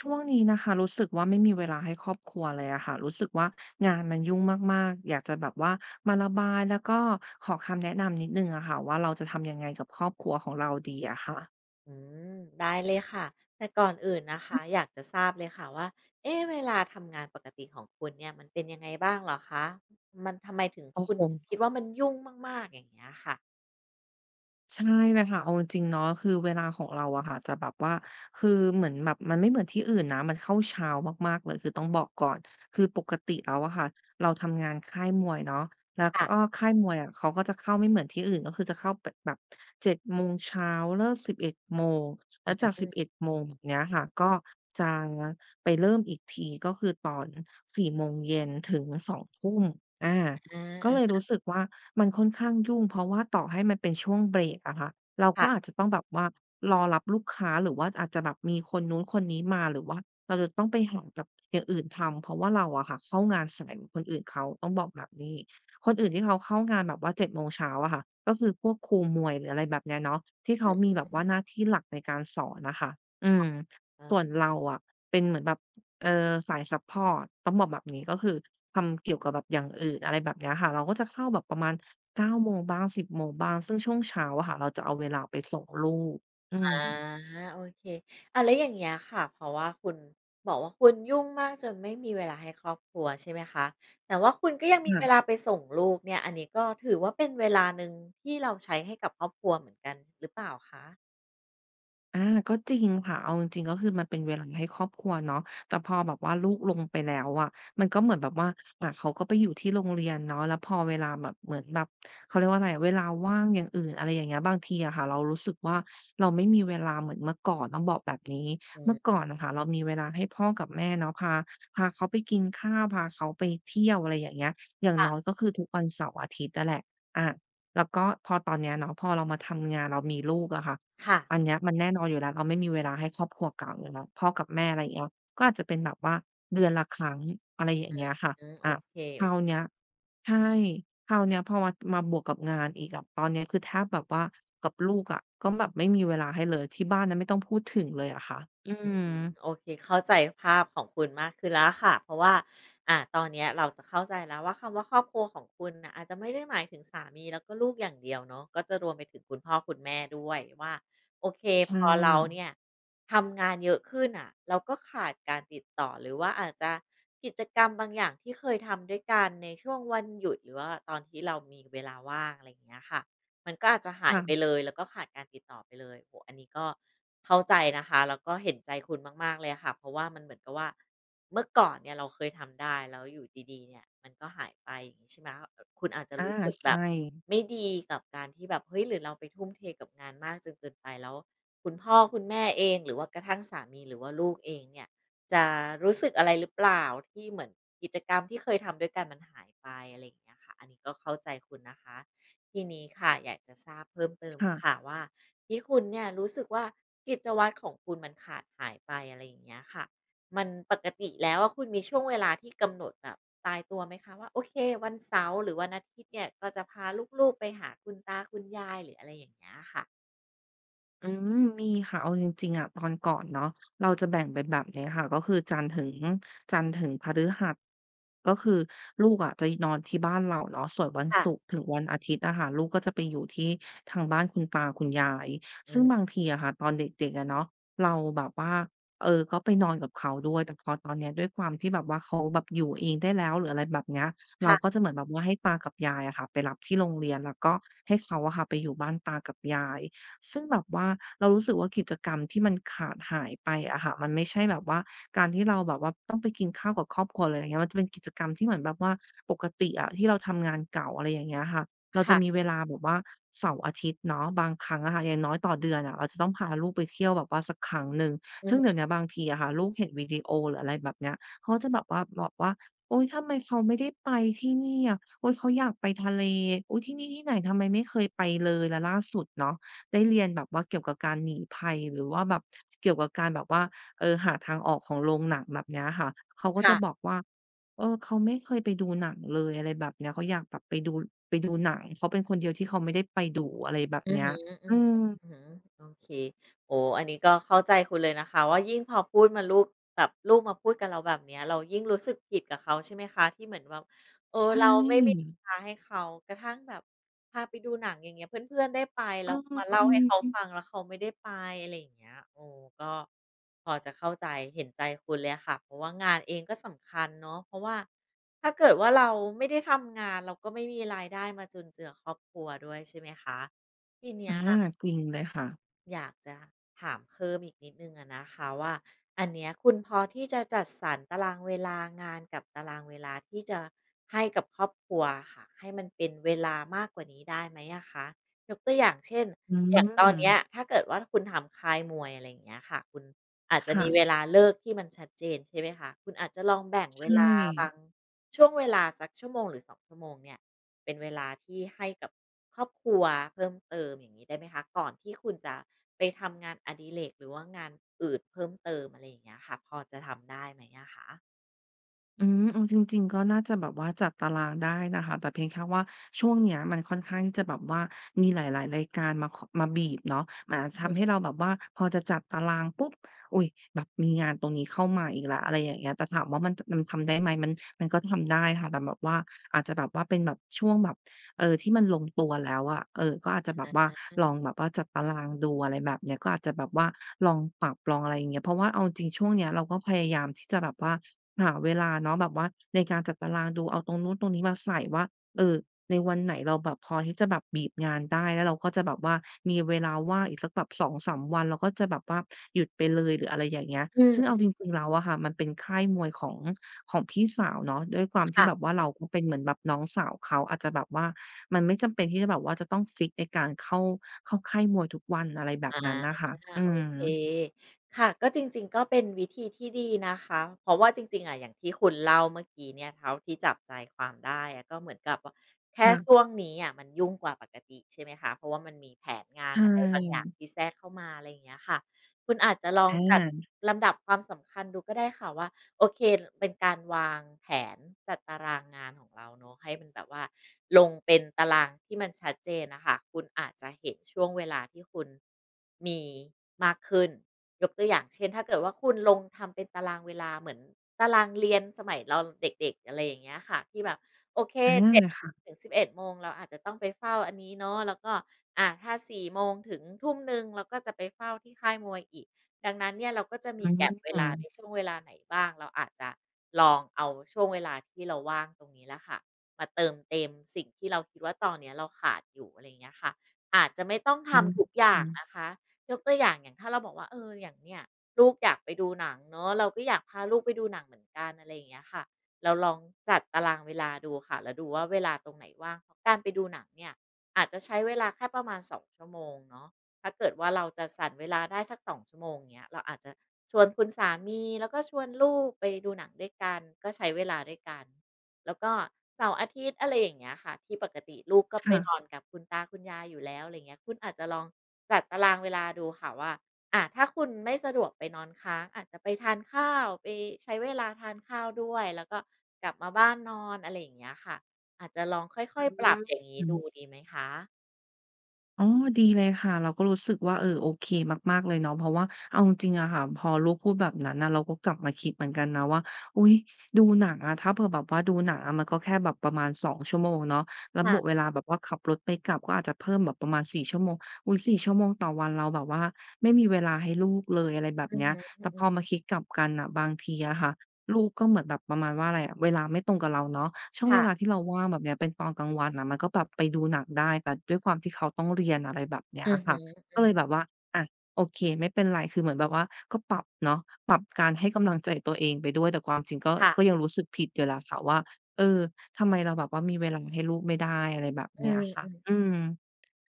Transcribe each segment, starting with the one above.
ช่วงนี้นะคะรู้สึกว่าไม่มีเวลาให้ครอบครัวเลยอะค่ะรู้สึกว่างานมันยุ่งมากๆอยากจะแบบว่ามาระบายแล้วก็ขอคำแนะนำนิดหนึ่งอะค่ะว่าเราจะทำยังไงกับครอบครัวของเราดีอะค่ะอืมได้เลยค่ะแต่ก่อนอื่นนะอืคะมอยากจะทราบเลยค่ะว่าเอ๊ะเวลาทำงานปกติของคุณเนี่ยมันเป็นยังไงบ้างเหรอคะมันทำไมถึงโอ้คุณโฮ คิดว่ามันยุ่งมากๆอย่างเงี้ยค่ะใช่เลยค่ะเอาจริงๆเนาะคือเวลาของเราอะค่ะจะแบบว่าคือเหมือนแบบมันไม่เหมือนที่อื่นนะมันเข้าเช้ามากๆเลยคือต้องบอกก่อนคือปกติแล้วอะค่ะเราทำงานค่ายมวยเนาะแล้วค่ะก็ค่ายมวยอะเขาก็จะเข้าไม่เหมือนที่อื่นก็คือจะเข้าแบบเจ็ดโมงเช้าเลิกสิบเอ็ดโมงอแล้วจากสิบืเอ็มดโมงแบบเนี้ยค่ะก็จะไปเริ่มอีกทีก็คือตอนสี่โมงเย็นถึงสองทุ่มอา อก็เลยารู้สึกว่ามันค่อนข้างยุ่งเพราะว่าต่อให้มันเป็นช่วงเบรกอะค่ะเราๆก็ค่ะอาจจะต้องแบบว่ารอรับลูกค้าหรือว่าอาจจะแบบมีคนนู้นคนนี้มาหรือว่าเราจะต้องไปหาแบบอย่างอื่นทำเพราะว่าเราอะค่ะเข้างานสายกว่าคนอื่นเขาต้องบอกแบบนี้คนอื่นที่เขาเข้างานแบบว่าเจ็ดโมงเช้าอะค่ะก็คือพวกครูมวยหรืออะไรแบบเนี้ยเนาะที่เขาอืมีแบบว่าหมน้าที่หลักในการสอนน่ะค่ะอืมอะส่วนเราอะเป็นเหมือนแบบ เอ่อสายซัปพอร์ตต้องบอกแบบนี้ก็คือทำเกี่ยวกับแบบอย่างอื่นอะไรแบบเนี้ยค่ะเราก็จะเข้าแบบประมาณ9โมงบ้าง10โมงบ้างซึ่งช่วงเช้าอะค่ะเราจะเอาเวลาไปส่งลูกอือามโอเคแล้วอย่างเงี้ยค่ะเพราะว่าคุณบอกว่าคุณยุ่งมากจนไม่มีเวลาให้ครอบครัวใช่ไหมคะแต่ว่าคุณก็ยังมีเวลาค่ะ ไปส่งลูกเนี่ยอันนี้ก็ถือว่าเป็นเวลาหนึ่งที่เราใช้ให้กับครอบครัวเหมือนกันหรือเปล่าคะ อาก็จริงค่ะเอาจริงๆก็คือมันเป็นเวลาให้ครอบครัวเนาะแต่พอแบบว่าลูกลงไปแล้วอะมันก็เหมือนแบบว่าเขาก็ไปอยู่ที่โรงเรียนเนาะแล้วพอเวลาแบบเหมือนแบบเขาเรียกว่าอะไรเวลาว่างอย่างอื่นอะไรอย่างเงี้ยบางทีอะค่ะเรารู้สึกว่าเราไม่มีเวลาเหมือนเมื่อก่อนต้องบอกแบบนี้เมื่ออืก่อมนน่ะค่ะเรามีเวลาให้พ่อกับแม่เนาะพาเขาไปกินข้าวพาเขาไปเที่ยวอะไรอย่างเงี้ยอย่างน้อยค่ะก็คือทุกวันเสาร์อาทิตย์อะแหละอาแล้วก็พอตอนเนี้ยเนาะพอเรามาทำงานเรามีลูกอะค่ะ ค่ะอันเนี้ยมันแน่นอนอยู่แล้วเราไม่มีเวลาให้ครอบครัวเก่าอยู่แล้วพ่อกับแม่อะไรอย่างเงี้ยก็อาจจะเป็นแบบว่าเดือนละครั้งอะไรอย่างเงี้ยอืค่ะมโออาคราวเนี้ยใช่คราวเนี้ยพอมาบวกกับงานอีกอะตอนเนี้ยคือแทบแบบว่ากับลูกอะก็แบบไม่มีเวลาให้เลยที่บ้านนั้นไม่ต้องพูดถึงเลยอะค่ะอืมโอเค เข้าใจภาพของคุณมากขึ้นแล้วค่ะ เพราะว่าตอนเนี้ยเราจะเข้าใจแล้วว่าคำว่าครอบครัวของคุณน่ะอาจจะไม่ได้หมายถึงสามีแล้วก็ลูกอย่างเดียวเนาะก็จะรวมไปถึงคุณพ่อคุณแม่ด้วยว่าโอเคใชพอเรา่เนี่ยทำงานเยอะขึ้นน่ะเราก็ขาดการติดต่อหรือว่าอาจจะกิจกรรมบางอย่างที่เคยทำด้วยกันในช่วงวันหยุดหรือว่าตอนที่เรามีเวลาว่างอะไรอย่างเงี้ยค่ะ มันก็อาจจะหายค่ะไปเลยแล้วก็ขาดการติดต่อไปเลยโอ้โฮอันนี้ก็เข้าใจนะคะแล้วก็เห็นใจคุณมากๆเลยะค่ะเพราะว่ามันเหมือนกับว่าเมื่อก่อนเนี่ยเราเคยทำได้แล้วอยู่ดีๆเนี่ยมันก็หายไปอย่างงี้ใช่ไหมเออคุณอาจจะอารู้สึกแบใช่บไม่ดีกับการที่แบบเฮ้ยหรือเราไปทุ่มเทกับงานมากจนเกินไปแล้วคุณพ่อคุณแม่เองหรือว่ากระทั่งสามีหรือว่าลูกเองเนี่ยจะรู้สึกอะไรหรือเปล่าที่เหมือนกิจกรรมที่เคยทำด้วยกันมันหายไปอะไรอย่างเงี้ยค่ะอันนี้ก็เข้าใจคุณนะคะ ทีนี้ค่ะอยากจะทราบเพิ่มเติมค่ะ ค่ะว่าที่คุณเนี่ยรู้สึกว่ากิจวัตรของคุณมันขาดหายไปอะไรอย่างเงี้ยค่ะมันปกติแล้วอะคุณมีช่วงเวลาที่กำหนดแบบตายตัวไหมคะว่าโอเควันเสาร์หรือวันอาทิตย์เนี่ยก็จะพาลูกๆไปหาคุณตาคุณยายหรืออะไรอย่างเงี้ยค่ะอืมมีค่ะเอาจริงๆอะตอนก่อนเนาะเราจะแบ่งเป็นแบบนี้ค่ะก็คือจันทร์ถึงพฤหัสก็คือลูกอะจะนอนที่บ้านเราเนาะส่วนวันค่ะศุกร์ถึงวันอาทิตย์อะค่ะลูกก็จะไปอยู่ที่ทางบ้านคุณตาคุณยายอืซึ่งบามงทีอะค่ะตอนเด็กๆอะเนาะเราแบบว่าเออก็ไปนอนกับเขาด้วยแต่พอตอนเนี้ยด้วยความที่แบบว่าเขาแบบอยู่เองได้แล้วหรืออะไรแบบเนี้ยเราก็ค่ะจะเหมือนแบบว่าให้ตากับยายอะค่ะไปรับที่โรงเรียนแล้วก็ให้เขาอะค่ะไปอยู่บ้านตากับยาย ซึ่งแบบว่าเรารู้สึกว่ากิจกรรมที่มันขาดหายไปอะค่ะมันไม่ใช่แบบว่าการที่เราแบบว่าต้องไปกินข้าวกับครอบครัวเลยอย่างเงี้ยมันจะเป็นกิจกรรมที่เหมือนแบบว่าปกติอะที่เราทำงานเก่าอะไรอย่างเงี้ยค่ะเราจะมีค่ะเวลาแบบว่าเสาร์อาทิตย์เนาะบางครั้งอะค่ะอย่างน้อยต่อเดือนอะเราจะต้องพาลูกไปเที่ยวแบบว่าสักครั้งหนึ่งอือซึ่งเดี๋ยวฮึเนี้ยบางทีอะค่ะลูกเห็นวิดีโอหรืออะไรแบบเนี้ยเขาก็จะแบบว่าบอกว่าโอ๊ยทำไมเขาไม่ได้ไปที่นี่อะโอ๊ยเขาอยากไปทะเลอุ๊ยที่นี่ที่ไหนทำไมไม่เคยไปเลยแล้วล่าสุดเนาะ ได้เรียนแบบว่าเกี่ยวกับการหนีภัยหรือว่าแบบเกี่ยวกับการแบบว่าหาทางออกของโรงหนังแบบเนี้ยค่ะเขาก็จะบอค่ะ กว่าเขาไม่เคยไปดูหนังเลยอะไรแบบเนี้ยเขาอยากแบบไปดูหนังเขาเป็นคนเดียวที่เขาไม่ได้ไปดูอะไรแบบอือเนี้ยหืออือือหืมออือหือโอเคโอ้อันนี้ก็เข้าใจคุณเลยนะคะว่ายิ่งพอพูดมาลูกแบบลูกมาพูดกับเราแบบเนี้ยเรายิ่งรู้สึกผิดกับเขาใช่ไหมคะที่เหมือนว่าเออใช่เราไม่มีเวลาให้เขากระทั่งแบบพาไปดูหนังอย่างเงี้ยเพื่อนๆได้ไปเแล้ามาเล่าออให้เขาฟังแล้วเขาไม่ได้ไปอะไรอย่างเงี้ยโอ้ก็พอจะเข้าใจเห็นใจคุณเลยค่ะเพราะว่างานเองก็สำคัญเนาะเพราะว่าถ้าเกิดว่าเราไม่ได้ทำงานเราก็ไม่มีรายได้มาจุนเจือครอบครัวด้วยใช่ไหมคะ ทีๆเนี้อายจริงเลยค่ะอยากจะถามเพิ่มอีกนิดนึงอะนะคะว่าอันเนี้ยคุณพอที่จะจัดสรรตารางเวลางานกับตารางเวลาที่จะให้กับครอบครัวค่ะให้มันเป็นเวลามากกว่านี้ได้ไหมอะคะยกตัวอย่างเช่นอือย่างตอนมเนี้ยถ้าเกิดว่าคุณทำค่ายมวยอะไรอย่างเงี้ยค่ะคุณอาจจะค่ะมีเวลาเลิกที่มันชัดเจนใช่ไหมคะคุณอาจจะลองแบ่งเวใช่ ลาบาง ช่วงเวลาสักชั่วโมงหรือสองชั่วโมงเนี่ยเป็นเวลาที่ให้กับครอบครัวเพิ่มเติมอย่างงี้ได้ไหมคะก่อนที่คุณจะไปทำงานอดิเรกหรือว่างานอื่นเพิ่มเติมอะไรอย่างเงี้ยค่ะพอจะทำได้ไหมอะคะอืมเอาจริงๆก็น่าจะแบบว่าจัดตารางได้นะคะแต่เพียงแค่ว่าช่วงเนี้ยมันค่อนข้างที่จะแบบว่ามีหลายๆรายการมาคมาบีบเนาะมันอาจอือจะทำให้ฮึเราแบบว่าพอจะจัดตารางปุ๊บอุ๊ยแบบมีงานตรงนี้เข้ามาอีกแล้วอะไรอย่างเงี้ยแต่ถามว่ามันทำได้ไหมมันก็ทำได้ค่ะแต่แบบว่าอาจจะแบบว่าเป็นแบบช่วงแบบที่มันลงตัวแล้วอะก็อาจจะแบบว่าอืลองมแบบว่าจัดตารางดูอะไรแบบเนี้ยก็อาจจะแบบว่าลองปรับลองอะไรอย่างเงี้ยเพราะว่าเอาจริงๆช่วงเนี้ยเราก็พยายามที่จะแบบว่า หาเวลาเนาะแบบว่าในการจัดตารางดูเอาตรงนู้นตรงนี้มาใส่ว่าเออในวันไหนเราแบบพอที่จะแบบบีบงานได้แล้วเราก็จะแบบว่ามีเวลาว่างอีกสักแบบ2-3วันเราก็จะแบบว่าหยุดไปเลยหรืออะไรอย่างเงี้ยอืซึ่งเอาจมริงๆแล้วอะค่ะมันเป็นค่ายมวยของพี่สาวเนาะด้วยความที่ค่ะ แบบว่าเราก็เป็นเหมือนแบบน้องสาวเขาอาจจะแบบว่ามันไม่จำเป็นที่จะแบบว่าจะต้องฟิกซ์ในการเข้าค่ายมวยทุกวันอะไรแบบอานั้นน่ะค่ะอืโอมเคค่ะก็จริงๆก็เป็นวิธีที่ดีนะคะเพราะว่าจริงๆอะอย่างที่คุณเล่าเมื่อกี้เนี่ยเท่าที่จับใจความได้อะก็เหมือนกับว่าแค่ช่วค่ะงนี้อะมันยุ่งกว่าปกติใช่ไหมคะเพราะว่ามันมีแผนงาใชนอะไรบางอย่าง่ที่แทรกเข้ามาอะไรอย่างเงี้ยค่ะคุณอาจจะลองอจัดาลำดับความสำคัญดูก็ได้ค่ะว่า โอเค เป็นการวางแผนจัดตารางงานของเราเนาะให้มันแบบว่าลงเป็นตารางที่มันชัดเจนนะคะคุณอาจจะเห็นช่วงเวลาที่คุณมีมากขึ้น ยกตัวอย่างเช่นถ้าเกิดว่าคุณลงทำเป็นตารางเวลาเหมือนตารางเรียนสมัยเราเด็กๆอะไรอย่างเงี้ยค่ะที่แบบโอเคอาเจ็ดค่ะ ถึง11โมงเราอาจจะต้องไปเฝ้าอันนี้เนาะแล้วก็ถ้าสี่โมงถึงทุ่มหนึ่งเราก็จะไปเฝ้าที่ค่ายมวยอีก ดังนั้นเนี่ยเราก็จะมีอืแก็บเวมลาในช่วงเวลาไหนบ้างเราอาจจะลองเอาช่วงเวลาที่เราว่างตรงนี้แหละค่ะมาเติมเต็มสิ่งที่เราคิดว่าตอนเนี้ยเราขาดอยู่อะไรอย่างเงี้ยค่ะอาจจะไม่ต้องอืทำทุกอย่างนะมคะยกตัวอย่างอย่างถ้าเราบอกว่าเอออย่างเนี่ยลูกอยากไปดูหนังเนาะเราก็อยากพาลูกไปดูหนังเหมือนกันอะไรอย่างเงี้ยค่ะเราลองจัดตารางเวลาดูค่ะแล้วดูว่าเวลาตรงไหนว่างเพราะการไปดูหนังเนี่ยอาจจะใช้เวลาแค่ประมาณสองชั่วโมงเนาะ ถ้าเกิดว่าเราจะสรรเวลาได้สักสองชั่วโมงเนี้ยเราอาจจะชวนคุณสามีแล้วก็ชวนลูกไปดูหนังด้วยกันก็ใช้เวลาด้วยกันแล้วก็เสาร์อาทิตย์อะไรอย่างเงี้ยค่ะที่ปกติลูกก็ไปค่ะนอนกับคุณตาคุณยายอยู่แล้วอะไรเงี้ยคุณอาจจะลองจัดตารางเวลาดูค่ะว่าถ้าคุณไม่สะดวกไปนอนค้างอาจจะไปทานข้าวไปใช้เวลาทานข้าวด้วยแล้วก็กลับมาบ้านนอนอะไรอย่างเงี้ยค่ะอาจจะลองค่อยๆปรับอย่างงี้อืมดูดีไหมคะอ๋อดีเลยค่ะเราก็รู้สึกว่าโอเคมากๆเลยเนาะเพราะว่าเอาจริงๆอะค่ะพอลูกพูดแบบนั้นน่ะเราก็กลับมาคิดเหมือนกันนะว่าอุ๊ยดูหนังอะถ้าเผื่อแบบว่าดูหนังอะมันก็แค่แบบประมาณ2 ชั่วโมงเนาะแล้วบวกเวลาแบบว่าขับรถไปกลับก็อาจจะเพิ่มแบบประมาณ4ชั่วโมงอุ๊ยสี่ชั่วโมงต่อวันเราแบบว่าไม่มีเวลาให้ลูกเลยอะไรแบบอือเนี้ยฮึแต่พอมาคิดกลับกันน่ะบางทีอะค่ะ ลูกก็เหมือนแบบประมาณว่าอะไรอะเวลาไม่ตรงกับเราเนาะช่วๆงเวค่ะ ลาที่เราว่างแบบเนี้ยเป็นตอนกลางวันน่ะมันก็แบบไปดูหนังได้แต่ด้วยความที่เขาต้องเรียนอะไรแบบเนี้ยอือฮึค่ะอืก็อเลฮึยแบบว่าอะโอเคไม่เป็นไรคือเหมือนแบบว่าก็ปรับเนาะปรับการให้กำลังใจตัวเองไปด้วยแต่ความจริงก็ค่ะก็ยังรู้สึกผิดอยู่แหละค่ะว่าเออทำไมเราแบบว่ามีเวลาให้ลูกไม่ได้อะไรแบบอืเนี้ยค่ะมอืๆม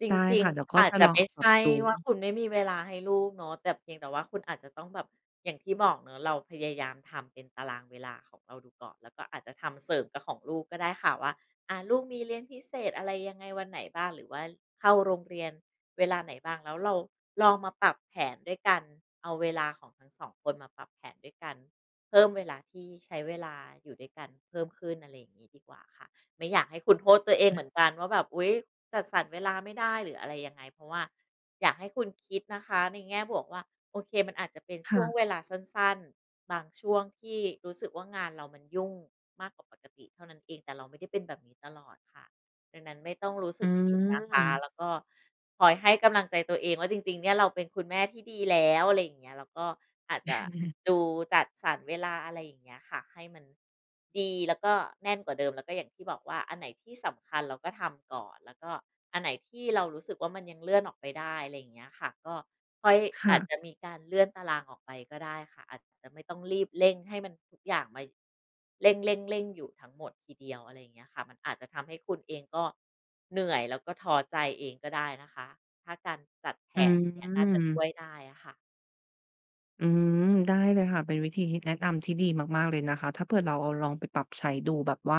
จได้ริงค่ะเดี๋ยวก็ๆอาจจะลจะองไม่เอาปรับใช่ดูว่าคุณไม่มีเวลาให้ลูกเนาะแต่เพียงแต่ว่าคุณอาจจะต้องแบบอย่างที่บอกเนาะเราพยายามทำเป็นตารางเวลาของเราดูก่อนแล้วก็อาจจะทำเสริมกับของลูกก็ได้ค่ะว่าลูกมีเรียนพิเศษอะไรยังไงวันไหนบ้างหรือว่าเข้าโรงเรียนเวลาไหนบ้างแล้วเราลองมาปรับแผนด้วยกันเอาเวลาของทั้งสองคนมาปรับแผนด้วยกันเพิ่มเวลาที่ใช้เวลาอยู่ด้วยกันเพิ่มขึ้นอะไรอย่างงี้ดีกว่าค่ะ ไม่อยากให้คุณโทษตัวเองเหมืออานกันว่าแบบอุ๊ยจัดสรรเวลาไม่ได้หรืออะไรยังไงเพราะว่าอยากให้คุณคิดนะคะในแง่บวกว่าโอเคมันอาจจะเป็นช่ค่ะวงเวลาสั้นๆบางช่วงที่รู้สึกว่างานเรามันยุ่งมากกว่าปกติเท่านั้นเองแต่เราไม่ได้เป็นแบบนี้ตลอดค่ะ ดังนั้นไม่ต้องรู้สึอืกผิดนะม คะ แล้วก็คอยให้กำลังใจตัวเองว่าจริงๆเนี่ยเราเป็นคุณแม่ที่ดีแล้วอะไรอย่างเงี้ยแล้วก็อาจจะ ดูจัดสรรเวลาอะไรอย่างเงี้ยค่ะให้มันดีแล้วก็แน่นกว่าเดิมแล้วก็อย่างที่บอกว่าอันไหนที่สำคัญเราก็ทำก่อนแล้วก็อันไหนที่เรารู้สึกว่ามันยังเลื่อนออกไปได้อะไรอย่างเงี้ยค่ะก็ค่อยอาจจะค่ะมีการเลื่อนตารางออกไปก็ได้ค่ะอาจจะไม่ต้องรีบเร่งให้มันทุกอย่างมา เร่งอยู่ทั้งหมดทีเดียวอะไรอย่างเงี้ยค่ะมันอาจจะทำให้คุณเองก็เหนื่อยแล้วก็ท้อใจเองก็ได้นะคะถ้าการจัดแผอืนอย่างเนี้ยน่าจะช่วยม ได้อะค่ะอืมได้เลยค่ะเป็นวิธีแนะนำที่ดีมากๆเลยนะคะถ้าเผื่อเราเอาลองไปปรับใช้ดูแบบว่า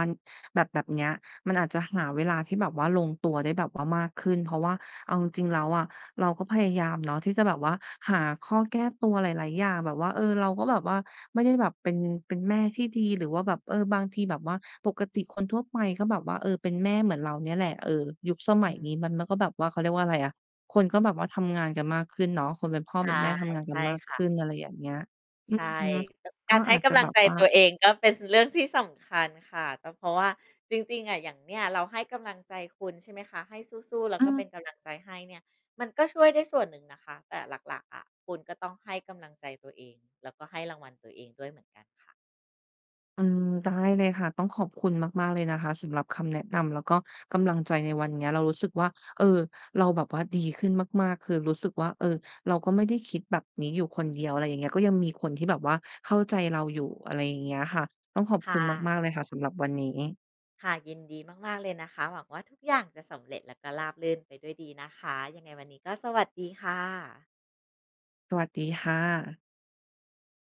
แบบเนี้ยมันอาจจะหาเวลาที่แบบว่าลงตัวได้แบบว่ามากขึ้นเพราะว่าเอาจริงๆแล้วอะเราก็พยายามเนาะที่จะแบบว่าหาข้อแก้ตัวหลายๆอย่างแบบว่าเราก็แบบว่าไม่ได้แบบเป็นแม่ที่ดีหรือว่าแบบบางทีแบบว่าปกติคนทั่วไปก็แบบว่าเป็นแม่เหมือนเราเนี่ยแหละยุคสอืมัยมนี้มันก็แบบว่าเขาเรียกว่าอะไรอะ คนก็แบบว่าทำงานกันมากขึ้นเนาะคนเป็นพ่อใช่เป็นแม่ทำงานกัใช่นมากขึ้นค่ะอะไรอย่างเงี้ยอือใช่ฮึก็การให้อาจจะกำลัแบงบใจว่าตัวเองก็เป็นเรื่องที่สำคัญค่ะแต่เพราะว่าจริงๆอะอย่างเนี้ยเราให้กำลังใจคุณใช่ไหมคะให้สู้ๆแล้วอืก็มเป็นกำลังใจให้เนี่ยมันก็ช่วยได้ส่วนหนึ่งนะคะแต่หลักๆอะคุณก็ต้องให้กำลังใจตัวเองแล้วก็ให้รางวัลตัวเองด้วยเหมือนกันค่ะอืมได้เลยค่ะต้องขอบคุณมากๆเลยนะคะสำหรับคำแนะนำแล้วก็กำลังใจในวันเนี้ยเรารู้สึกว่าเออเราแบบว่าดีขึ้นมากๆคือรู้สึกว่าเราก็ไม่ได้คิดแบบนี้อยู่คนเดียวอะไรอย่างเงี้ยก็ยังมีคนที่แบบว่าเข้าใจเราอยู่อะไรอย่างเงี้ยค่ะต้องขอบคคุณมากๆ่ะ เลยค่ะสำหรับวันนี้ค่ะยินดีมากๆเลยนะคะหวังว่าทุกอย่างจะสำเร็จแล้วก็ราบรื่นไปด้วยดีนะคะยังไงวันนี้ก็สวัสดีค่ะสวัสดีค่ะ